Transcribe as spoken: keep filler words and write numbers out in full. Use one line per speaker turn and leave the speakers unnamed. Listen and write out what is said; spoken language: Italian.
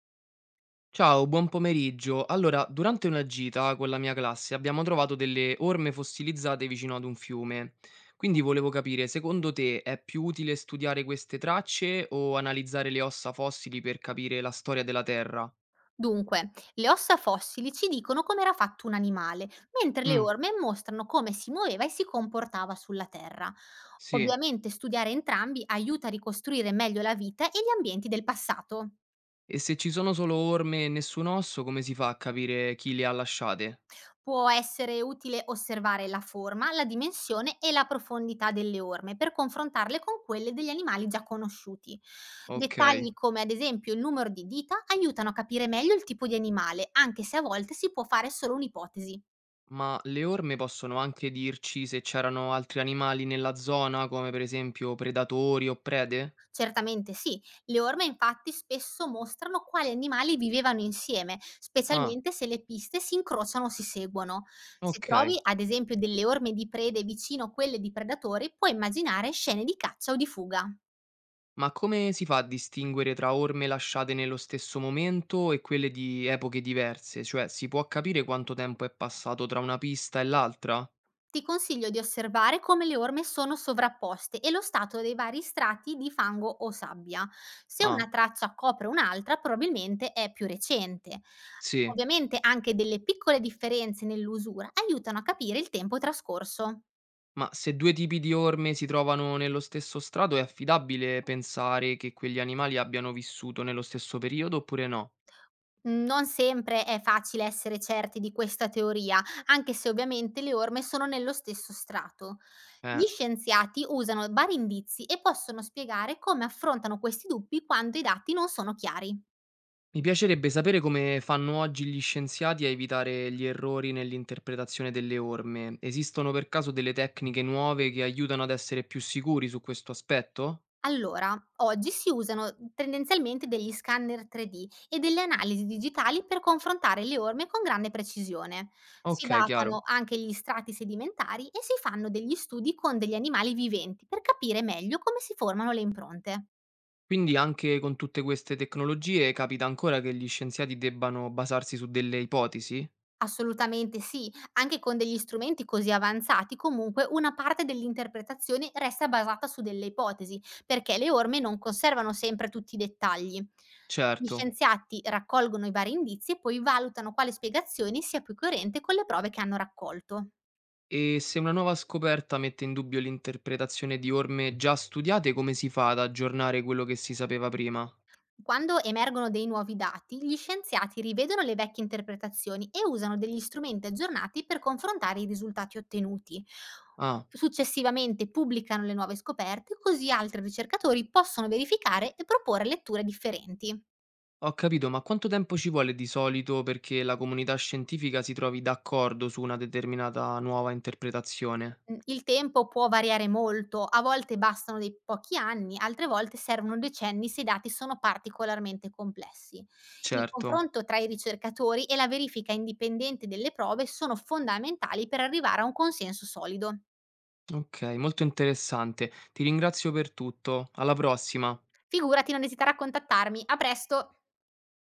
Ciao, buon pomeriggio. Allora, durante una gita con la mia classe abbiamo trovato delle orme fossilizzate vicino ad un fiume. Quindi volevo capire, secondo te è più utile studiare queste tracce o analizzare le ossa fossili per capire la storia della Terra?
Dunque, le ossa fossili ci dicono com'era fatto un animale, mentre le
Mm,
orme mostrano come si muoveva e si comportava sulla Terra.
sì.
Ovviamente studiare entrambi aiuta a ricostruire meglio la vita e gli ambienti del passato.
E se ci sono solo orme e nessun osso, come si fa a capire chi le ha lasciate?
Può essere utile osservare la forma, la dimensione e la profondità delle orme per confrontarle con quelle degli animali già conosciuti.
Ok.
Dettagli come ad esempio il numero di dita aiutano a capire meglio il tipo di animale, anche se a volte si può fare solo un'ipotesi.
Ma le orme possono anche dirci se c'erano altri animali nella zona, come per esempio predatori o prede?
Certamente sì, le orme infatti spesso mostrano quali animali vivevano insieme,
Ah,
specialmente se le piste si incrociano o si seguono. Se
ok.
trovi ad esempio delle orme di prede vicino a quelle di predatori, puoi immaginare scene di caccia o di fuga.
Ma come si fa a distinguere tra orme lasciate nello stesso momento e quelle di epoche diverse? Cioè, si può capire quanto tempo è passato tra una pista e l'altra?
Ti consiglio di osservare come le orme sono sovrapposte e lo stato dei vari strati di fango o sabbia. Se una
Ah,
traccia copre un'altra, probabilmente è più recente.
sì.
Ovviamente anche delle piccole differenze nell'usura aiutano a capire il tempo trascorso.
Ma se due tipi di orme si trovano nello stesso strato, è affidabile pensare che quegli animali abbiano vissuto nello stesso periodo oppure no?
Non sempre è facile essere certi di questa teoria, anche se ovviamente le orme sono nello stesso strato. Gli
Eh.
scienziati usano vari indizi e possono spiegare come affrontano questi dubbi quando i dati non sono chiari.
Mi piacerebbe sapere come fanno oggi gli scienziati a evitare gli errori nell'interpretazione delle orme. Esistono per caso delle tecniche nuove che aiutano ad essere più sicuri su questo aspetto?
Allora, oggi si usano tendenzialmente degli scanner tre D e delle analisi digitali per confrontare le orme con grande precisione. Si
Ok, chiaro.
datano anche gli strati sedimentari e si fanno degli studi con degli animali viventi per capire meglio come si formano le impronte.
Quindi anche con tutte queste tecnologie capita ancora che gli scienziati debbano basarsi su delle ipotesi?
Assolutamente sì, anche con degli strumenti così avanzati comunque una parte dell'interpretazione resta basata su delle ipotesi, perché le orme non conservano sempre tutti i dettagli. Gli
Certo.
scienziati raccolgono i vari indizi e poi valutano quale spiegazione sia più coerente con le prove che hanno raccolto.
E se una nuova scoperta mette in dubbio l'interpretazione di orme già studiate, come si fa ad aggiornare quello che si sapeva prima?
Quando emergono dei nuovi dati, gli scienziati rivedono le vecchie interpretazioni e usano degli strumenti aggiornati per confrontare i risultati ottenuti.
Ah.
Successivamente pubblicano le nuove scoperte, così altri ricercatori possono verificare e proporre letture differenti.
Ho capito, ma quanto tempo ci vuole di solito perché la comunità scientifica si trovi d'accordo su una determinata nuova interpretazione?
Mhmm, il tempo può variare molto: a volte bastano dei pochi anni, altre volte servono decenni se i dati sono particolarmente complessi. Il
Certo.
confronto tra i ricercatori e la verifica indipendente delle prove sono fondamentali per arrivare a un consenso solido.
Ok, molto interessante. Ti ringrazio per tutto. Alla prossima.
Figurati, non esitare a contattarmi. A presto!